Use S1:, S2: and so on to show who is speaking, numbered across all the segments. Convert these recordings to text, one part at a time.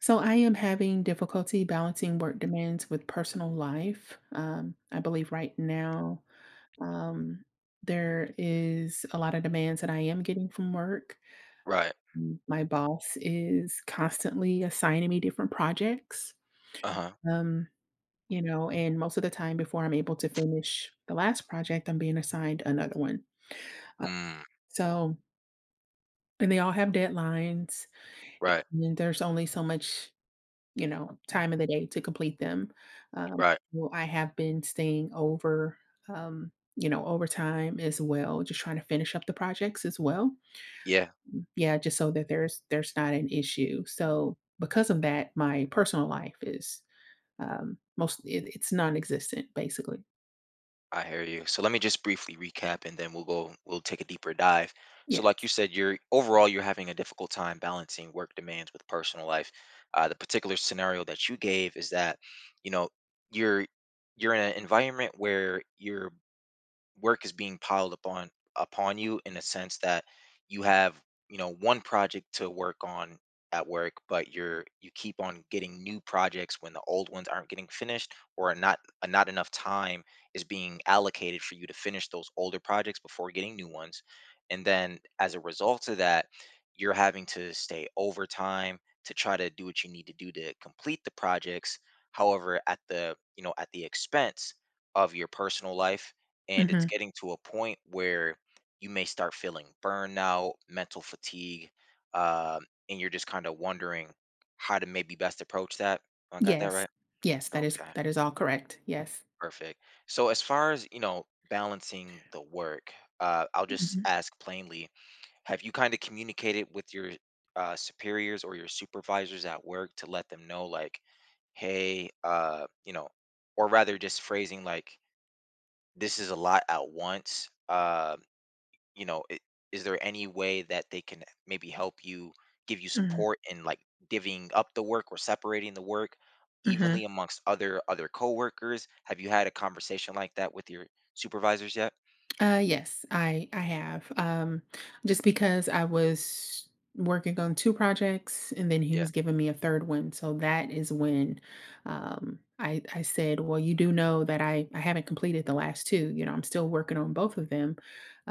S1: So I am having difficulty balancing work demands with personal life. I believe right now um, there is a lot of demands that I am getting from work.
S2: Right.
S1: Mm, my boss is constantly assigning me different projects.
S2: Uh-huh.
S1: Um, and most of the time before I'm able to finish the last project, I'm being assigned another one. Uh,
S2: Mm,
S1: so, and they all have deadlines.
S2: right,
S1: And there's only so much time of the day to complete them. Um,
S2: right.
S1: well, I have been staying over, overtime as well, just trying to finish up the projects as well.
S2: Yeah,
S1: Yeah, just so that there's not an issue. So because of that, my personal life is most it's non-existent basically.
S2: I hear you. So let me just briefly recap and then we'll take a deeper dive. So like you
S1: Yes.
S2: said, you're overall you're having a difficult time balancing work demands with personal life. The particular scenario that you gave is that, you know, you're you're in an environment where you're work is being piled upon you, in a sense that you have, you know, one project to work on at work, but you keep on getting new projects when the old ones aren't getting finished, or are not not enough time is being allocated for you to finish those older projects before getting new ones. And then as a result of that, you're having to stay overtime to try to do what you need to do to complete the projects, however at the, you know, at the expense of your personal life. And it's
S1: Hmm.
S2: getting to a point where you may start feeling burnout, mental fatigue, um, and you're just kind of wondering how to maybe best approach that. I got that
S1: Yes.
S2: right.
S1: Yes. That is
S2: Okay,
S1: that is all correct. Yes.
S2: perfect. So as far as, you know, balancing the work, I'll just
S1: Hmm.
S2: ask plainly: have you kind of communicated with your superiors or your supervisors at work to let them know, like, hey, you know, or rather just phrasing like, this is a lot at once. You know i- is there any way that they can maybe help you, give you
S1: Hmm.
S2: support in like divvying up the work or separating the work evenly
S1: Hmm.
S2: amongst other coworkers? Have you had a conversation like that with your supervisors yet?
S1: Yes, I have. Just because I was working on two projects, and then he
S2: Yeah,
S1: was giving me a third one, so that is when I said, "Well, you do know that I haven't completed the last two. You know, I'm still working on both of them.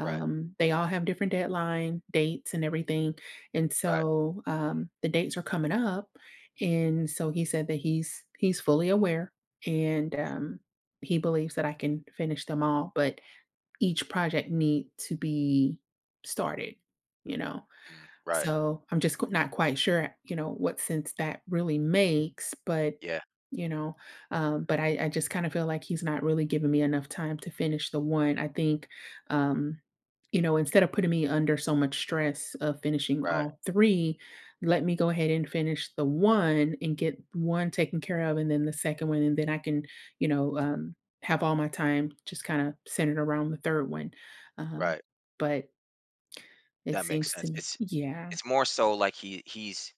S2: right,
S1: They all have different deadline dates and everything, and
S2: right,
S1: so the dates are coming up, and so he said that he's fully aware, and he believes that I can finish them all, but each project need to be started, you know?
S2: mm, right,
S1: So, I'm just qu not quite sure, you know, what sense that really makes, but,
S2: yeah,
S1: you know, I just kinda feel like he's not really giving me enough time to finish the one. Um, you know, instead of putting me under so much stress of finishing
S2: right,
S1: all 3, let me go ahead and finish the one and get 1 taken care of and then the second one, and then I can, you know, um, have all my time just kinda centered around the 3rd one. Um,
S2: right,
S1: but it
S2: that makes
S1: seems to
S2: sense.
S1: me
S2: It's
S1: yeah.
S2: it's more so like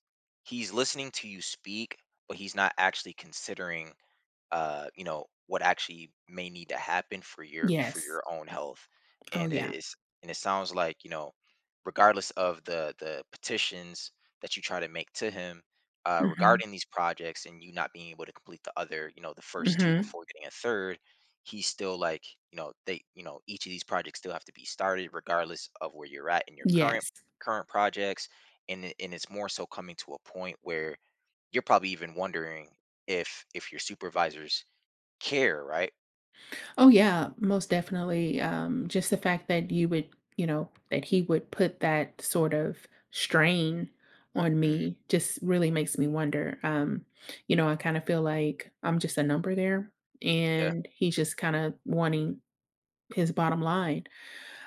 S2: he's listening to you speak, but he's not actually considering you know, what actually may need to happen for your for
S1: Yes.
S2: your own health.
S1: Oh,
S2: And it
S1: yeah.
S2: is, and it sounds like, you know, regardless of the petitions that you try to make to him
S1: Mhm.
S2: regarding these projects, and you not being able to complete the other, you know, the first two
S1: Mhm.
S2: before getting a third, he's still like, you know, they, you know, each of these projects still have to be started regardless of where you're at in your current
S1: Yes.
S2: current projects. And it's more so coming to a point where you're probably even wondering if your supervisors care, right?
S1: Oh, yeah, most definitely, just the fact that you would that he would put that sort of strain on
S2: Mhm.
S1: me just really makes me wonder, you know, I kinda feel like I'm just a number there,
S2: Yeah,
S1: and he's just kinda wanting his bottom line,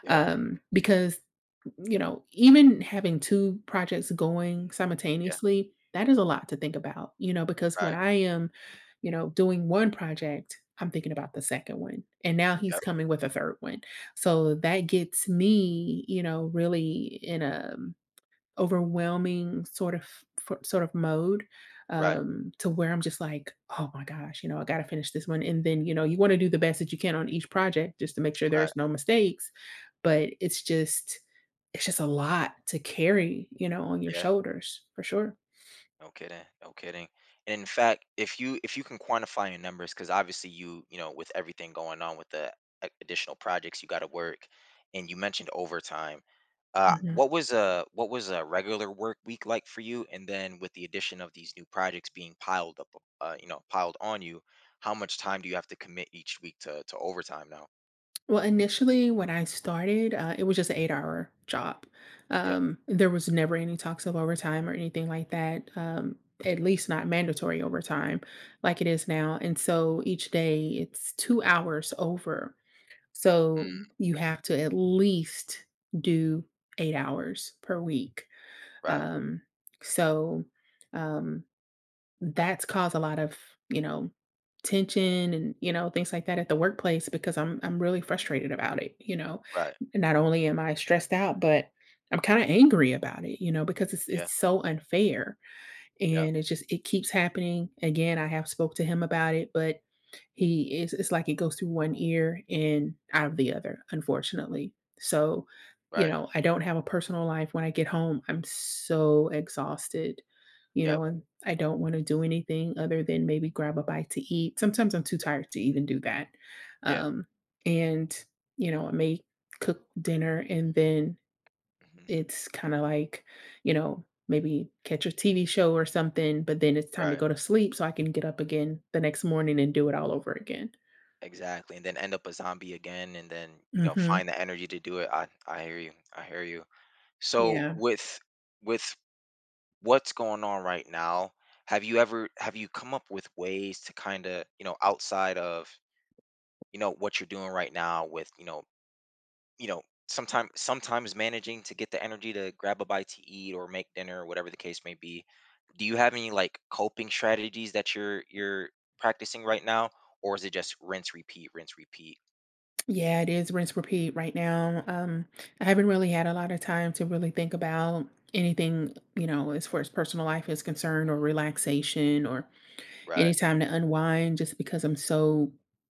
S2: yep,
S1: um, because even having 2 projects going
S2: yeah,
S1: simultaneously, that is a lot to think about, you know, because when
S2: right,
S1: I am, you know, doing 1 project, I'm thinking about the second one, and now he's
S2: yep,
S1: coming with a third one. So that gets me, you know, really in a overwhelming sort of mode,
S2: right,
S1: to where I'm just like, "Oh my gosh, you know, I gotta finish this one." And then, you know, you wanna do the best that you can on each project just to make sure
S2: right,
S1: there's no mistakes, but it's just a lot to carry, you know, on your
S2: yeah,
S1: shoulders for sure.
S2: no kidding, no kidding, and in fact, if you can quantify your numbers, because obviously you, you know, with everything going on with the a additional projects you gotta work, and you mentioned overtime,
S1: Mhm.
S2: what was a regular work week like for you? And then with the addition of these new projects being piled up, you know, piled on you, how much time do you have to commit each week to overtime now?
S1: Well, initially, when I started, it was just an eight-hour job.
S2: Yep,
S1: There was never any talks of overtime or anything like that, at least not mandatory overtime like it is now. And so each day it's 2 hours over. So
S2: mm,
S1: you have to at least do 8 hours per week.
S2: right,
S1: Um, so um, that's caused a lot of, you know, tension and, you know, things like that at the workplace because I'm really frustrated about it, you know.
S2: right,
S1: Not only am I stressed out, but I'm kind of angry about it, you know, because it's
S2: yeah,
S1: it's so unfair
S2: yeah.
S1: and it just it keeps happening. Again, I have spoke to him about it, but he is it's like it goes through one ear and out of the other, unfortunately. So, you
S2: Right.
S1: know, I don't have a personal life. When I get home, I'm so exhausted, you
S2: Yep.
S1: know, and I don't want to do anything other than maybe grab a bite to eat. Sometimes I'm too tired to even do that.
S2: Yeah.
S1: Um, and you know, I may cook dinner and then
S2: Mhm.
S1: it's kind of like, you know, maybe catch a TV show or something, but then it's time to
S2: Right.
S1: go to sleep so I can get up again the next morning and do it all over again.
S2: Exactly, and then end up a zombie again, and then, you know, find
S1: Mhm.
S2: the energy to do it. I hear you. I hear you. So
S1: Yeah.
S2: with with what's going on right now, have you come up with ways to kinda, you know, outside of, you know, what you're doing right now with, you know, you know, sometimes managing to get the energy to grab a bite to eat or make dinner or whatever the case may be. Do you have any like coping strategies that you're practicing right now, or is it just rinse, repeat, rinse, repeat?
S1: Yeah, it is rinse repeat right now. I haven't really had a lot of time to really think about anything, you know, as far as personal life is concerned or relaxation or
S2: Right.
S1: any time to unwind just because I'm so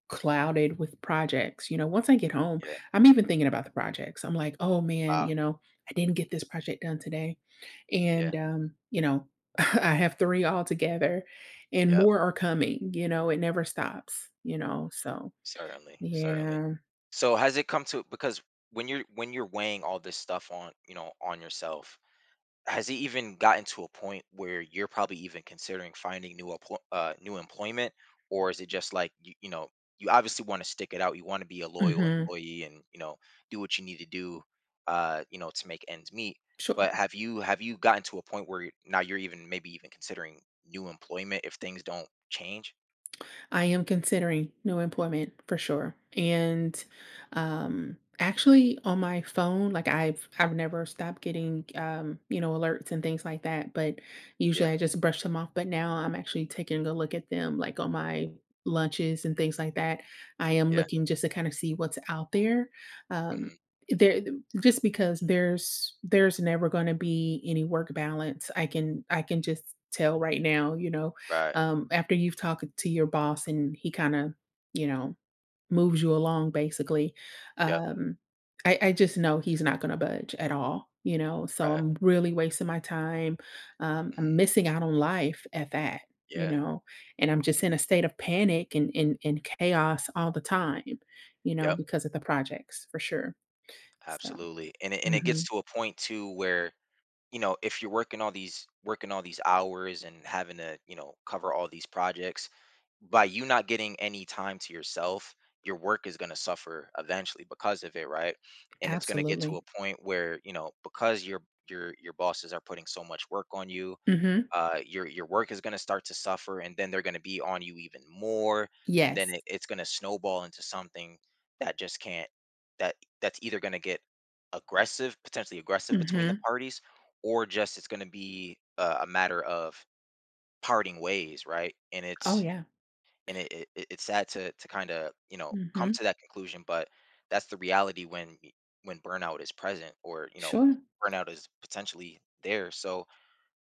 S1: clouded with projects. You know, once I get home,
S2: Yeah.
S1: I'm even thinking about the projects. I'm like, oh man,
S2: Wow.
S1: you know, I didn't get this project done today.
S2: Yeah.
S1: And You know, I have three all together and
S2: Yep.
S1: more are coming, you know, it never stops, you know. So
S2: Certainly. Certainly.
S1: yeah.
S2: So has it come to, because when you're weighing all this stuff on, you know, on yourself, has it even gotten to a point where you're probably even considering finding new employment, or is it just like you know, you obviously want to stick it out, you want to be a loyal
S1: Mhm.
S2: employee, and you know, do what you need to do, you know, to make ends meet.
S1: Sure.
S2: But have you gotten to a point where now you're even maybe even considering new employment if things don't change?
S1: I am considering new employment for sure. And Actually on my phone, like I've never stopped getting you know, alerts and things like that, but usually
S2: Yeah,
S1: I just brush them off, but now I'm actually taking a look at them like on my lunches and things like that. I am
S2: yeah,
S1: looking just to kind of see what's out there. Um
S2: hmm,
S1: there just because there's never going to be any work balance. I can just tell right now, you know.
S2: right,
S1: After you've talked to your boss and he kind of, you know, moves you along basically,
S2: yep,
S1: um, I just know he's not going to budge at all, you know. So
S2: right,
S1: I'm really wasting my time.
S2: mhm,
S1: I'm missing out on life at that, you
S2: yeah,
S1: know, and I'm
S2: mm,
S1: just in a state of panic and chaos all the time, you know,
S2: yep,
S1: because of the projects for sure. So,
S2: absolutely. And it gets
S1: mhm,
S2: to a point too where, you know, if you're working all these hours and having to, you know, cover all these projects, by you not getting any time to yourself, your work is going to suffer eventually because of it, right? And it's going to get to a
S1: absolutely.
S2: point where, you know, because your bosses are putting so much work on you,
S1: Hmm.
S2: your work is going to start to suffer, and then they're going to be on you even more, and then
S1: Yes.
S2: it's going to snowball into something that just can't that that's either going to get aggressive potentially aggressive between the
S1: Hmm.
S2: parties, or just it's going to be a matter of parting ways, right? And
S1: Oh,
S2: it's
S1: yeah.
S2: and it- it's sad to kind of, you know, come
S1: Hmm.
S2: to that conclusion, but that's the reality when when burnout is present, or you know,
S1: Sure.
S2: burnout is potentially there. So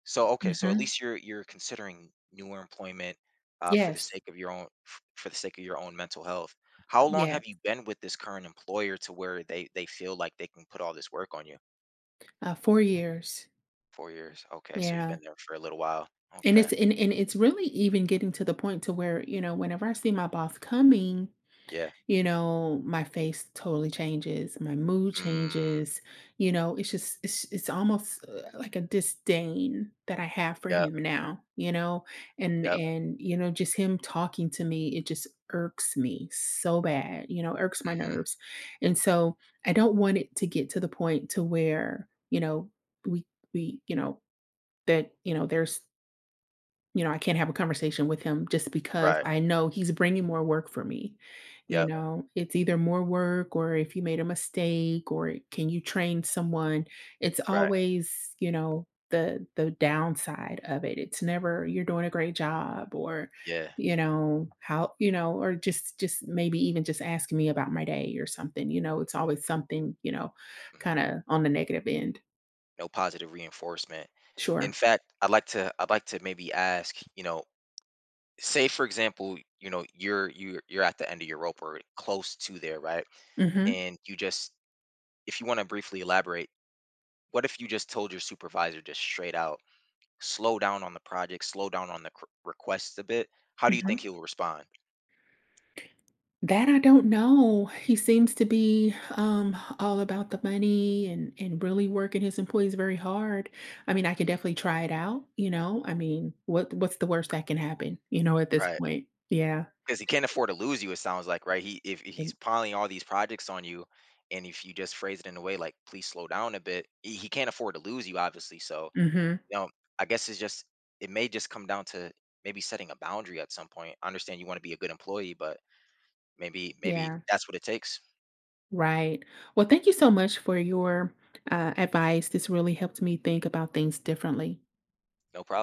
S2: okay, so at
S1: Hmm.
S2: least you're considering newer employment, for the
S1: Yes.
S2: sake of your own for the sake of your own mental health. How long
S1: Yeah.
S2: have you been with this current employer to where they feel like they can put all this work on you?
S1: 4 years.
S2: 4 years. Okay, so you've
S1: Yeah.
S2: been there for a little while. Okay.
S1: And it's really even getting to the point to where, you know, whenever I see my boss coming,
S2: Yeah.
S1: you know, my face totally changes, my mood
S2: Mm,
S1: changes, you know, it's just it's almost like a disdain that I have for
S2: yep.
S1: him now, you know?
S2: Yep.
S1: And you know, just him talking to me, it just irks me so bad, you know, irks my
S2: Hmm.
S1: nerves. And so I don't want it to get to the point to where, you know, we we, you know, That, you know, there's you know, I can't have a conversation with him just because
S2: Right.
S1: I know he's bringing more work for me. You
S2: Yep.
S1: know, it's either more work or if you made a mistake or can you train someone? It's
S2: Right.
S1: always, you know, the downside of it. It's never you're doing a great job or,
S2: Yeah.
S1: you know, how, you know, or just maybe even just asking me about my day or something. You know, it's always something, you know,
S2: Hmm.
S1: kind of on the negative end.
S2: No positive reinforcement. In
S1: Sure.
S2: fact, I'd like to maybe ask, you know, say for example, you know, you're at the end of your rope, or close to there, right?
S1: Mhm.
S2: And you just, if you want to briefly elaborate, what if you just told your supervisor just straight out, slow down on the project, slow down on the requests a bit? How do you think
S1: Mhm.
S2: he will respond?
S1: That I don't know. He seems to be all about the money and really working his employees very hard. I mean, I could
S2: Mhm,
S1: definitely try it out. You know, I mean, what's the worst that can happen? You know, at this
S2: right.
S1: point, yeah.
S2: Because he can't afford to lose you, it sounds like, right? He, if he's piling all these projects on you, and if you just phrase it in a way like please slow down a bit, he can't afford to lose you, obviously. So
S1: Mm-hmm.
S2: you know, I guess it's just it may just come down to maybe setting a boundary at some point. I understand you want to be a good employee, but maybe
S1: Yeah.
S2: that's what it takes.
S1: Right. Well, thank you so much for your advice. This really helped me think about things differently.
S2: No problem.